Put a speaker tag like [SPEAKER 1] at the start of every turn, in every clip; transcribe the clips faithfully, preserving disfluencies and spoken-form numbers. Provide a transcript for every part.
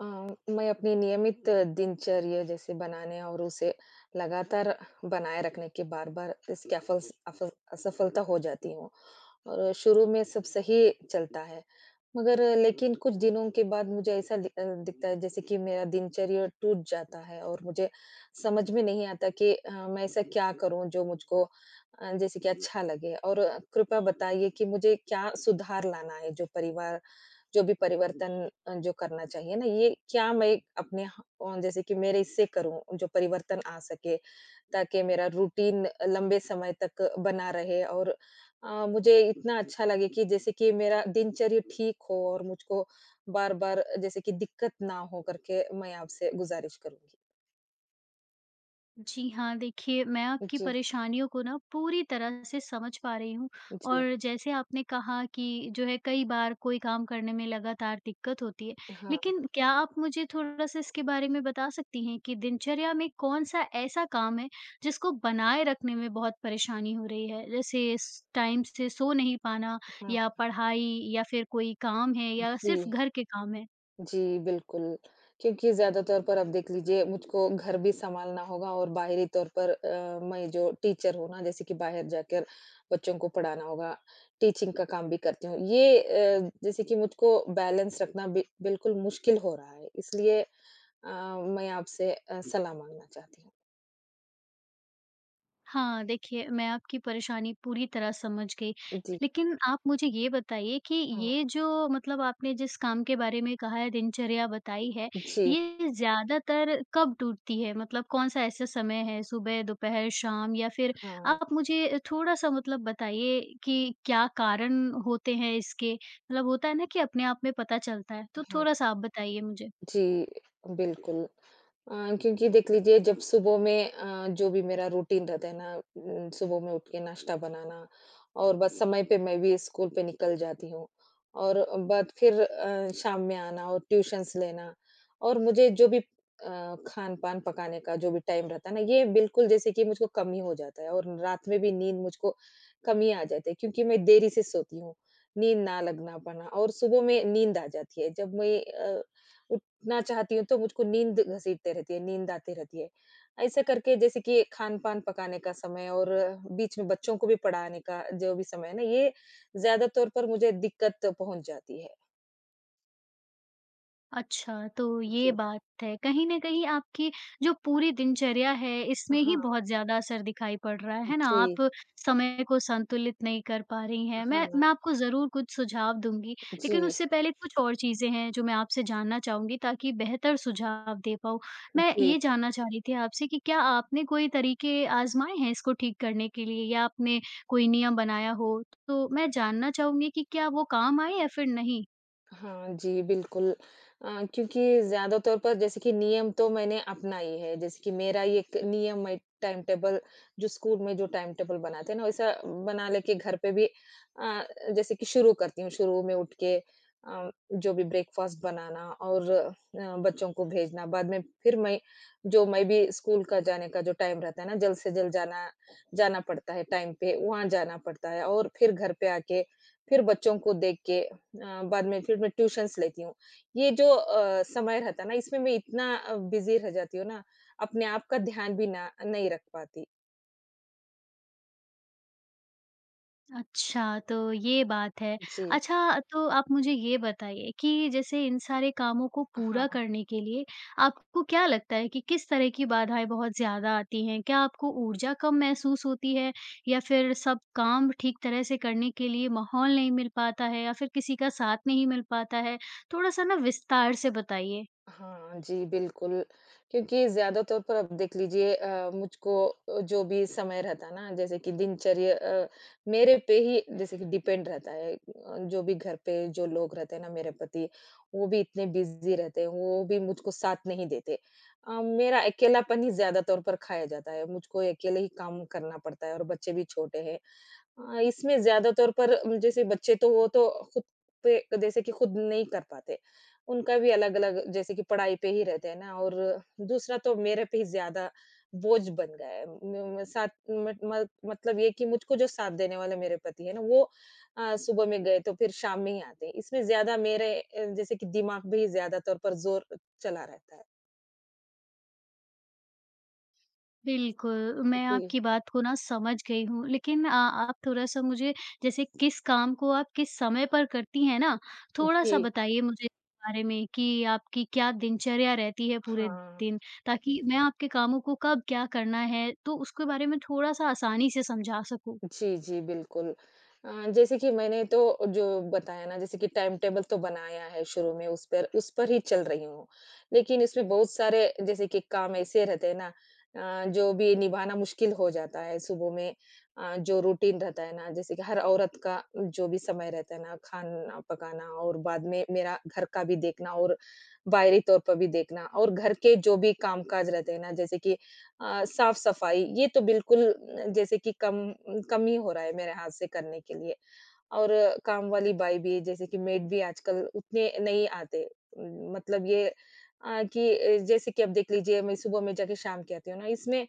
[SPEAKER 1] अ, मैं अपनी नियमित दिनचर्या जैसे बनाने और उसे लगातार बनाए रखने के बार-बार इसकी अफल अफल असफलता हो जाती हूँ और शुरू में सब सही चलता है। मगर लेकिन कुछ दिनों के बाद मुझे ऐसा दि अ, दिखता है जैसे कि मेरा दिनचर्या टूट जाता है और मुझे समझ में नहीं आता कि अ, मैं ऐसा क्या करूँ जो मुझको अ, जैसे कि अच्छा लगे और कृपया बताइए कि मुझे क्या सुधार लाना है जो परिवार जो भी परिवर्तन अ, जो करना चाहिए ना, ये क्या मैं अपने ह अ, जैसे कि मेरे इससे करूँ जो परिवर्तन आ सके, ताकि मेरा रूटीन लंबे समय तक बना रहे और अ, मुझे इतना अच्छा लगे कि जैसे कि मेरा दिनचर्या ठीक हो और मुझको बार-बार जैसे कि दिक्कत ना हो करके मैं आपसे गुज़ारिश करूँगी।
[SPEAKER 2] जी हाँ, देखिए मैं आपकी
[SPEAKER 1] जी,
[SPEAKER 2] परेशानियों को ना पूरी तरह से समझ पा रही हूँ
[SPEAKER 1] जी।
[SPEAKER 2] और जैसे आपने कहा कि जो है कई बार कोई काम करने में लगातार दिक्कत होती है।
[SPEAKER 1] हाँ,
[SPEAKER 2] लेकिन क्या आप मुझे थोड़ा-सा इसके बारे में बता सकती हैं कि दिनचर्या में कौन-सा ऐसा काम है जिसको बनाए रखने में बहुत परेशानी हो रही है? जैसे स टाइम से सो नहीं पाना
[SPEAKER 1] हाँ,
[SPEAKER 2] या पढ़ाई या फिर कोई काम है या
[SPEAKER 1] जी।
[SPEAKER 2] सिर्फ़ घर के काम है?
[SPEAKER 1] जी, बिल्कुल, क्योंकि ज़्यादा तौर पर आप देख लीजिए मुझको घर भी सँभालना होगा और बाहरी तौर पर अ, मैं जो टीचर हूँ ना, जैसे कि बाहर जाकर बच्चों को पढ़ाना होगा, टीचिंग का काम भी करती हूँ। ये अ, जैसे कि मुझको बैलेंस रखना बि बिल्कुल मुश्किल हो रहा है, इसलिए अ, मैं आपसे अ, सलाह माँगना चाहती हूँ।
[SPEAKER 2] हाँ, देखिए मैं आपकी परेशानी पूरी तरह समझ गई।
[SPEAKER 1] जी,
[SPEAKER 2] लेकिन आप मुझे ये बताइए कि
[SPEAKER 1] हाँ,
[SPEAKER 2] ये जो मतलब आपने जिस काम के बारे में कहा है, दिनचर्या बताई है,
[SPEAKER 1] जी,
[SPEAKER 2] ये ज़्यादातर कब टूटती है? मतलब कौन-सा ऐसा समय है सुबह, दोपहर, शाम या फिर
[SPEAKER 1] हाँ,
[SPEAKER 2] आप मुझे थोड़ा-सा मतलब बताइए कि क्या कारण होते हैं इसके? मतलब होता है ना कि अपने आप में पता चलता है, तो
[SPEAKER 1] हाँ,
[SPEAKER 2] थोड़ा-सा आप बताइए मुझे।
[SPEAKER 1] जी, बिल्कुल। अ, क्योंकि देख लीजिए जब सुबह में अ, जो भी मेरा रूटीन रहता है ना उम, सुबह में उठ के नाश्ता बनाना और बस समय पे मैं भी स्कूल पे निकल जाती हूँ और बाद फिर अ, शाम में आना और ट्यूशंस लेना और मुझे जो भी अ, खान-पान पकाने का जो भी टाइम रहता है ना, ये बिल्कुल जैसे कि मुझको कम ही हो जाता है और रात में भी नींद मुझको कम ही आ जाती है क्योंकि मैं देरी से सोती हूँ, नींद ना लगना पाना और सुबह में नींद आ जाती है। जब मैं अ, उठ ना चाहती हूँ तो मुझको नींद घसीटते रहती है, नींद आती रहती है। ऐसे करके जैसे कि खान-पान पकाने का समय और बीच में बच्चों को भी पढ़ाने का जो भी समय है ना, ये ज़्यादा तौर पर मुझे दिक्कत पहुँच जाती है।
[SPEAKER 2] अच्छा, तो ये
[SPEAKER 1] जी।
[SPEAKER 2] बात है। कहीं न कहीं आपकी जो पूरी दिनचर्या है, इसमें ही
[SPEAKER 1] हाँ,
[SPEAKER 2] बहुत ज़्यादा असर दिखाई पड़ रहा है, है ना?
[SPEAKER 1] जी।
[SPEAKER 2] आप समय को संतुलित नहीं कर पा रही हैं। मैं
[SPEAKER 1] हाँ,
[SPEAKER 2] मैं आपको ज़रूर कुछ सुझाव दूँगी, लेकिन
[SPEAKER 1] जी,
[SPEAKER 2] उससे पहले कुछ और चीज़ें हैं जो मैं आपसे जानना चाहूँगी ताकि बेहतर सुझाव दे पाऊँ। मैं
[SPEAKER 1] जी।
[SPEAKER 2] ये जानना चाह रही थी आपसे कि क्या आपने कोई तरीके आज़माए हैं इसको ठीक करने के लिए या आपने कोई नियम बनाया हो? तो मैं जानना चाहूँगी कि क्या वो काम आए या फिर नहीं?
[SPEAKER 1] हाँ जी, बिल्कुल। अ, क्योंकि ज़्यादा तौर पर जैसे कि नियम तो मैंने अपनाई है, जैसे कि मेरा ये एक नियम है टाइम टेबल जो स्कूल में जो टाइम टेबल बनाते हैं ना, वैसा बना लेके घर पे भी अ, जैसे कि शुरू करती हूँ। शुरू में उठ के अ, जो भी ब्रेकफ़ास्ट बनाना और अ, बच्चों को भेजना, बाद में फिर मैं जो मैं भी स्कूल का जाने का जो टाइम रहता है ना, जल्द से जल्द जाना जाना पड़ता है टाइम पे, वहाँ जाना पड़ता है और फिर घर पे आके, फिर बच्चों को देख के अ, बाद में फिर मैं ट्यूशन्स लेती हूँ। ये जो अ, समय रहता है ना इसमें मैं इतना अ, बिज़ी रह जाती हूँ ना, अपने आप का ध्यान भी ना नहीं रख पाती।
[SPEAKER 2] अच्छा, तो ये बात है।
[SPEAKER 1] जी।
[SPEAKER 2] अच्छा, तो आप मुझे ये बताइए कि जैसे इन सारे कामों को पूरा करने के लिए आपको क्या लगता है कि किस तरह की बाधाएँ बहुत ज़्यादा आती हैं? क्या आपको ऊर्जा कम महसूस होती है या फिर सब काम ठीक तरह से करने के लिए माहौल नहीं मिल पाता है या फिर किसी का साथ नहीं मिल पाता है? थोड़ा-सा ना विस्तार से बताइए।
[SPEAKER 1] हाँ, जी, बिल्कुल। क्योंकि ज़्यादा तौर पर अब देख लीजिए अ, मुझको अ, जो भी समय रहता है ना जैसे कि दिनचर्या अ, मेरे पे ही जैसे कि डिपेंड रहता है। अ, जो भी घर पे जो लोग रहते हैं ना मेरे पति, वो भी इतने बिज़ी रहते हैं, वो भी मुझको साथ नहीं देते। अ, मेरा अकेलापन ही ज़्यादा तौर पर खाया जाता है, मुझको अकेले ही काम करना पड़ता है और बच्चे भी छोटे हैं। अ, इसमें ज़्यादा तौर पर अम, जैसे बच्चे तो वो तो खुद पे जैसे कि खुद नहीं कर पाते। उनका भी अलग-अलग जैसे कि पढ़ाई पे ही रहते हैं ना और दूसरा तो मेरे पे ही ज़्यादा बोझ बन गया है। म म साथ मत मत मतलब ये कि मुझको जो साथ देने वाले मेरे पति है ना वो अ, सुबह में गए तो फिर शाम में ही आते हैं। इसमें ज़्यादा मेरे अ, जैसे कि दिमाग पे ही ज़्यादा तौर पर ज़ोर चला रहता है।
[SPEAKER 2] बिल्कुल, मैं
[SPEAKER 1] जी,
[SPEAKER 2] आपकी बात को ना समझ गई हूँ। लेकिन अ, आप थोड़ा-सा मुझे जैसे किस काम को आप किस समय पर करती हैं ना, थोड़ा-सा
[SPEAKER 1] जी।
[SPEAKER 2] बताइए मुझे इसके बारे में कि आपकी क्या दिनचर्या रहती है पूरे
[SPEAKER 1] हाँ।
[SPEAKER 2] दिन? ताकि मैं आपके कामों को कब क्या करना है, तो उसके बारे में थोड़ा-सा आसानी से समझा सकूँ।
[SPEAKER 1] जी, जी, बिल्कुल। अ, जैसे कि मैंने तो जो बताया ना जैसे कि टाइम टेबल तो बनाया है शुरू में उस पर उस पर ही चल रही हूँ। लेकिन इसमें बहुत सारे जैसे कि काम ऐसे रहते हैं ना अ, जो भी निभाना मुश्किल हो जाता है सुबह में अ, जो रूटीन रहता है ना जैसे कि हर औरत का जो भी समय रहता है ना खाना पकाना और बाद में मेरा घर का भी देखना और बाहरी तौर पर भी देखना और घर के जो भी काम-काज रहते हैं ना जैसे कि अ, साफ-सफाई ये तो बिल्कुल अ, जैसे कि कम कम ही हो रहा है मेरे हाथ से करने के लिए। और काम वाली बाई भी जैसे कि मेड भी आजकल उतने नहीं आते। उम, मतलब ये अ, कि अ, जैसे कि अब देख लीजिए मैं सुबह में जाके शाम की आती हूँ ना, इसमें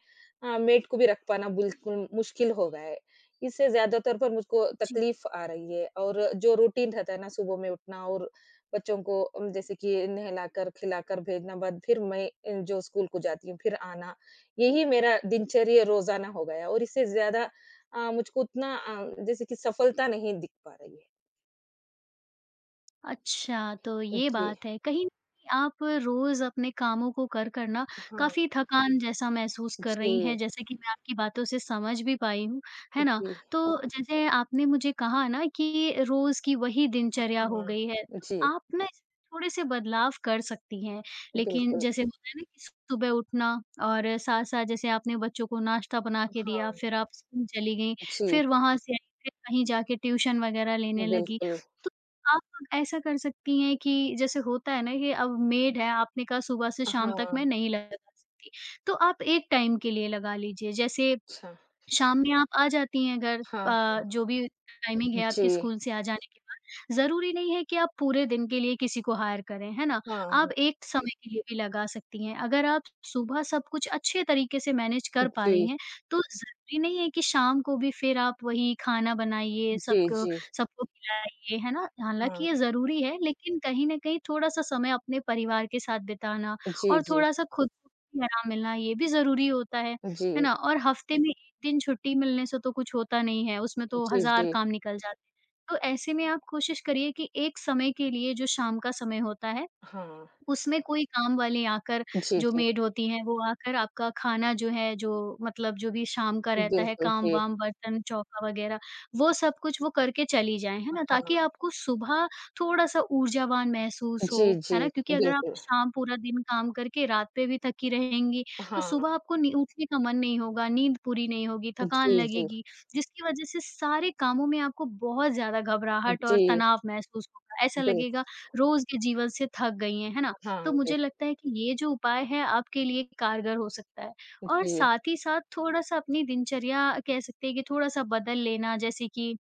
[SPEAKER 1] अ, मेड को भी रख पाना बिल्कुल मुश्किल हो गया है। इससे ज़्यादातर पर मुझको
[SPEAKER 2] जी।
[SPEAKER 1] तकलीफ़ आ रही है और जो रूटीन रहता है ना सुबह में उठना और बच्चों को उम, जैसे कि नहलाकर, खिलाकर भेजना बाद फिर मैं अ, जो स्कूल को जाती हूँ, फिर आना, यही मेरा दिनचर्या रोज़ाना हो गया और इससे ज़्यादा अ, मुझको उतना अ, जैसे कि सफलता नहीं दिख पा रही है।
[SPEAKER 2] अच्छा, तो ये
[SPEAKER 1] जी,
[SPEAKER 2] बात है। कहीं न कहीं आप रोज़ अपने कामों को कर-कर ना
[SPEAKER 1] हाँ,
[SPEAKER 2] काफ़ी थकान जैसा महसूस कर रही
[SPEAKER 1] जी,
[SPEAKER 2] हैं, जैसे कि मैं आपकी बातों से समझ भी पाई हूँ, है ना?
[SPEAKER 1] जी,
[SPEAKER 2] तो जैसे आपने मुझे कहा ना कि रोज़ की वही दिनचर्या हो
[SPEAKER 1] हाँ,
[SPEAKER 2] गई है, तो
[SPEAKER 1] जी,
[SPEAKER 2] आप ना इसमें थोड़े-से बदलाव कर सकती हैं। लेकिन
[SPEAKER 1] बिल्कुल,
[SPEAKER 2] जैसे होता है ना कि सुबह उठना और साथ-साथ जैसे आपने बच्चों को नाश्ता बना के दिया,
[SPEAKER 1] हाँ,
[SPEAKER 2] फिर आप स्कूल चली गईं,
[SPEAKER 1] जी,
[SPEAKER 2] फिर वहाँ से आई, फिर कहीं जाके ट्यूशन वगैरह लेने लगी।
[SPEAKER 1] बिल्कुल,
[SPEAKER 2] तो आप ऐसा कर सकती हैं कि जैसे होता है ना कि अब मेड है, आपने कहा सुबह से शाम तक मैं
[SPEAKER 1] हाँ,
[SPEAKER 2] नहीं लगा सकती, तो आप एक टाइम के लिए लगा लीजिए। जैसे
[SPEAKER 1] अच्छा,
[SPEAKER 2] शाम में आप आ जाती हैं घर
[SPEAKER 1] हाँ,
[SPEAKER 2] अ, जो भी टाइमिंग है
[SPEAKER 1] जी,
[SPEAKER 2] आपके स्कूल से आ जाने के बाद। ज़रूरी नहीं है कि आप पूरे दिन के लिए किसी को हायर करें, है ना?
[SPEAKER 1] हाँ, हाँ,
[SPEAKER 2] आप एक समय के लिए भी लगा सकती हैं। अगर आप सुबह सब कुछ अच्छे तरीके से मैनेज कर पा
[SPEAKER 1] जी,
[SPEAKER 2] रही हैं, तो ज़रूरी नहीं है कि शाम को भी फिर आप वही खाना बनाइए,
[SPEAKER 1] जी,
[SPEAKER 2] सबको
[SPEAKER 1] जी,
[SPEAKER 2] सबको खिलाइए, है ना? हालाँकि
[SPEAKER 1] हाँ,
[SPEAKER 2] ये ज़रूरी है, लेकिन कहीं न कहीं थोड़ा-सा समय अपने परिवार के साथ बिताना
[SPEAKER 1] जी,
[SPEAKER 2] और
[SPEAKER 1] जी,
[SPEAKER 2] थोड़ा-सा खुद को भी आराम मिलना, ये भी ज़रूरी होता है, है
[SPEAKER 1] जी,
[SPEAKER 2] ना? और हफ़्ते में एक दिन छुट्टी मिलने से तो कुछ होता नहीं है, उसमें तो
[SPEAKER 1] जी,
[SPEAKER 2] हज़ार
[SPEAKER 1] जी,
[SPEAKER 2] काम निकल जाते हैं। तो ऐसे में आप कोशिश करिए कि एक समय के लिए जो शाम का समय होता है
[SPEAKER 1] हाँ,
[SPEAKER 2] उसमें कोई काम वाली आकर
[SPEAKER 1] जी,
[SPEAKER 2] जो
[SPEAKER 1] जी,
[SPEAKER 2] मेड होती हैं, वो आकर आपका खाना जो है, जो मतलब जो भी शाम का रहता है,
[SPEAKER 1] बिल्कुल, जी,
[SPEAKER 2] काम-वाम, बर्तन, चौका वगैरह, वो सब कुछ वो करके चली जाएँ, है ना?
[SPEAKER 1] हाँ,
[SPEAKER 2] ताकि आपको सुबह थोड़ा-सा ऊर्जावान महसूस हो,
[SPEAKER 1] जी, जी,
[SPEAKER 2] है ना? क्योंकि अगर आप
[SPEAKER 1] बिल्कुल,
[SPEAKER 2] शाम पूरा दिन काम करके रात पे भी थकी रहेंगी, तो
[SPEAKER 1] हाँ,
[SPEAKER 2] सुबह आपको नी उठने का मन नहीं होगा, नींद पूरी नहीं होगी, थकान
[SPEAKER 1] जी, जी,
[SPEAKER 2] लगेगी, जिसकी वजह से सारे कामों में आपको बहुत ज़्यादा घबराहट
[SPEAKER 1] जी,
[SPEAKER 2] और तनाव महसूस होगा। ऐसा
[SPEAKER 1] बिल्कुल,
[SPEAKER 2] लगेगा रोज़ के जीवन से थक गई हैं, है ना?
[SPEAKER 1] हाँ,
[SPEAKER 2] तो मुझे
[SPEAKER 1] बिल्कुल,
[SPEAKER 2] लगता है कि ये जो उपाय है आपके लिए कारगर हो सकता है। और
[SPEAKER 1] जी,
[SPEAKER 2] साथ ही साथ थोड़ा-सा अपनी दिनचर्या कह सकते हैं कि थोड़ा-सा बदल लेना जैसे कि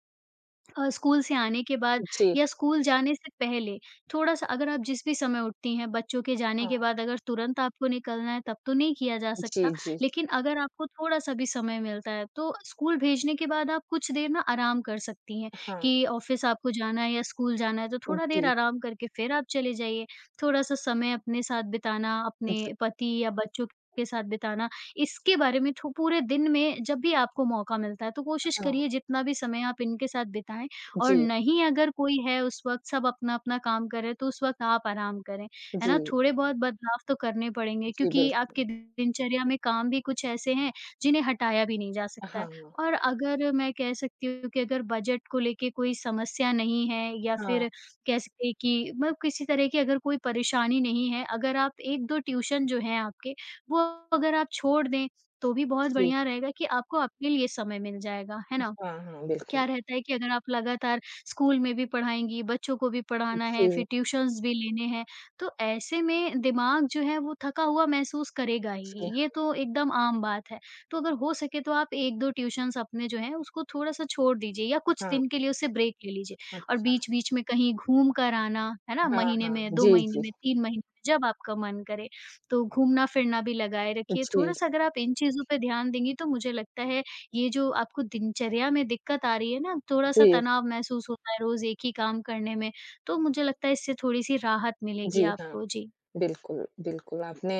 [SPEAKER 2] अ, स्कूल से आने के बाद
[SPEAKER 1] जी,
[SPEAKER 2] या स्कूल जाने से पहले थोड़ा-सा अगर आप जिस भी समय उठती हैं, बच्चों के जाने
[SPEAKER 1] हाँ,
[SPEAKER 2] के बाद अगर तुरंत आपको निकलना है तब तो नहीं किया जा
[SPEAKER 1] जी,
[SPEAKER 2] सकता,
[SPEAKER 1] जी,
[SPEAKER 2] लेकिन अगर आपको थोड़ा-सा भी समय मिलता है, तो स्कूल भेजने के बाद आप कुछ देर ना आराम कर सकती हैं
[SPEAKER 1] हाँ,
[SPEAKER 2] कि ऑफ़िस आपको जाना है या स्कूल जाना है, तो थोड़ा देर
[SPEAKER 1] जी।
[SPEAKER 2] आराम करके फिर आप चले जाइए। थोड़ा-सा समय अपने साथ बिताना,
[SPEAKER 1] जी,
[SPEAKER 2] अपने पति या बच्चों के साथ बिताना, इसके बारे में थो पूरे दिन में जब भी आपको मौका मिलता है, तो कोशिश
[SPEAKER 1] हाँ।
[SPEAKER 2] करिए जितना भी समय आप इनके साथ बिताएँ और
[SPEAKER 1] जी,
[SPEAKER 2] नहीं अगर कोई है उस वक़्त सब अपना-अपना काम कर रहे हैं, तो उस वक़्त आप आराम करें, है ना?
[SPEAKER 1] जी,
[SPEAKER 2] थोड़े-बहुत बदलाव तो करने पड़ेंगे
[SPEAKER 1] जी,
[SPEAKER 2] क्योंकि
[SPEAKER 1] बिल्कुल।
[SPEAKER 2] आपके दिनचर्या में काम भी कुछ ऐसे हैं, जिन्हें हटाया भी नहीं जा सकता है।
[SPEAKER 1] हाँ,
[SPEAKER 2] और अगर मैं कह सकती हूँ कि अगर बजट को लेके कोई समस्या नहीं है या
[SPEAKER 1] हाँ,
[SPEAKER 2] फिर कह सकते हैं कि मतलब किसी तरह की अगर कोई परेशानी नहीं है, अगर आप एक दो ट्यूशन जो हैं आपके, वो अगर आप छोड़ दें, तो भी बहुत
[SPEAKER 1] जी,
[SPEAKER 2] बढ़िया रहेगा कि आपको अपने लिए समय मिल जाएगा, है ना?
[SPEAKER 1] हाँ, हाँ, बिल्कुल।
[SPEAKER 2] क्या रहता है कि अगर आप लगातार स्कूल में भी पढ़ाएँगी, बच्चों को भी पढ़ाना है,
[SPEAKER 1] जी,
[SPEAKER 2] फिर ट्यूशन्स भी लेने हैं, तो ऐसे में दिमाग जो है वो थका हुआ महसूस करेगा
[SPEAKER 1] जी,
[SPEAKER 2] ही, ये तो एकदम आम बात है। तो अगर हो सके तो आप एक दो ट्यूशन्स अपने जो हैं उसको थोड़ा-सा छोड़ दीजिए या कुछ
[SPEAKER 1] हाँ,
[SPEAKER 2] दिन के लिए उससे ब्रेक ले लीजिए और
[SPEAKER 1] अच्छा,
[SPEAKER 2] बीच-बीच में कहीं घूम कर आना, है ना?
[SPEAKER 1] हाँ,
[SPEAKER 2] महीने
[SPEAKER 1] हाँ,
[SPEAKER 2] में, दो
[SPEAKER 1] जी,
[SPEAKER 2] महीने
[SPEAKER 1] जी,
[SPEAKER 2] में, तीन महीने में, जब आपका मन करे। तो घूमना-फिरना भी लगाए रखिए,
[SPEAKER 1] जी,
[SPEAKER 2] थोड़ा-सा अगर आप इन चीज़ों पे ध्यान देंगी तो मुझे लगता है ये जो आपको दिनचर्या में दिक्कत आ रही है ना, थोड़ा-सा
[SPEAKER 1] जी,
[SPEAKER 2] तनाव महसूस होता है रोज़ एक ही काम करने में, तो मुझे लगता है इससे थोड़ी-सी राहत मिलेगी
[SPEAKER 1] जी, हाँ।
[SPEAKER 2] आपको। जी।
[SPEAKER 1] बिल्कुल, बिल्कुल, आपने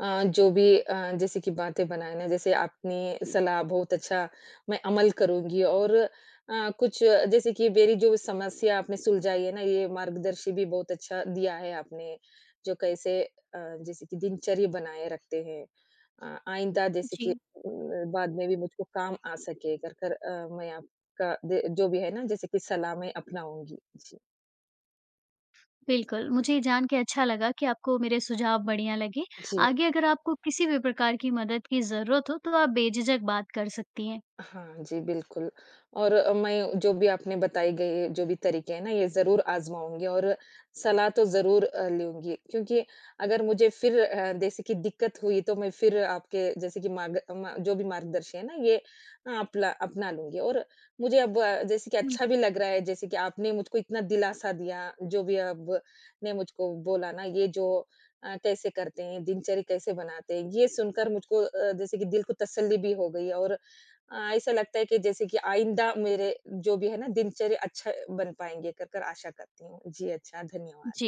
[SPEAKER 1] अ, जो भी अ, जैसे कि बातें बनाए ना, जैसे आपने सलाह बहुत अच्छा मैं अमल करूँगी और अ, कुछ जैसे कि मेरी जो समस्या आपने सुलझाई है ना, ये मार्गदर्शी भी बहुत अच्छा दिया है आपने, जो कैसे अ, जैसे कि दिनचर्या बनाए रखते हैं। अ, आइंदा जैसे कि
[SPEAKER 2] जी,
[SPEAKER 1] उम, बाद में भी मुझको काम आ सके कर कर अ, मैं आपका दे जो भी है ना, जैसे कि सलाह मैं अपनाऊँगी। जी,
[SPEAKER 2] बिल्कुल, मुझे ये जान के अच्छा लगा कि आपको मेरे सुझाव बढ़िया लगे।
[SPEAKER 1] जी।
[SPEAKER 2] आगे अगर आपको किसी भी प्रकार की मदद की ज़रूरत हो, तो आप बेझिझक बात कर सकती हैं।
[SPEAKER 1] हाँ जी, बिल्कुल और अ, मैं जो भी आपने बताई गई जो भी तरीके हैं ना, ये ज़रूर आज़माऊँगी और सलाह तो ज़रूर अ, लूँगी क्योंकि अगर मुझे फिर अ, जैसे कि दिक्कत हुई तो मैं फिर आपके जैसे कि मार्ग म जो भी मार्गदर्शन है ना ये अपला अपना लूँगी और मुझे अब अ, जैसे कि अच्छा भी
[SPEAKER 2] बिल्कुल,
[SPEAKER 1] लग रहा है जैसे कि आपने मुझको इतना दिलासा दिया, जो भी अब ने मुझको बोला ना ये जो अ, कैसे करते हैं, दिनचर्या कैसे बनाते हैं, ये सुनकर मुझको अ, जैसे कि दिल को तसल्ली भी हो गई और अ, ऐसा लगता है कि जैसे कि आइंदा मेरे जो भी है ना दिनचर्या अच्छा बन पाएँगे कर कर आशा करती हूँ। जी अच्छा, धन्यवाद।
[SPEAKER 2] जी।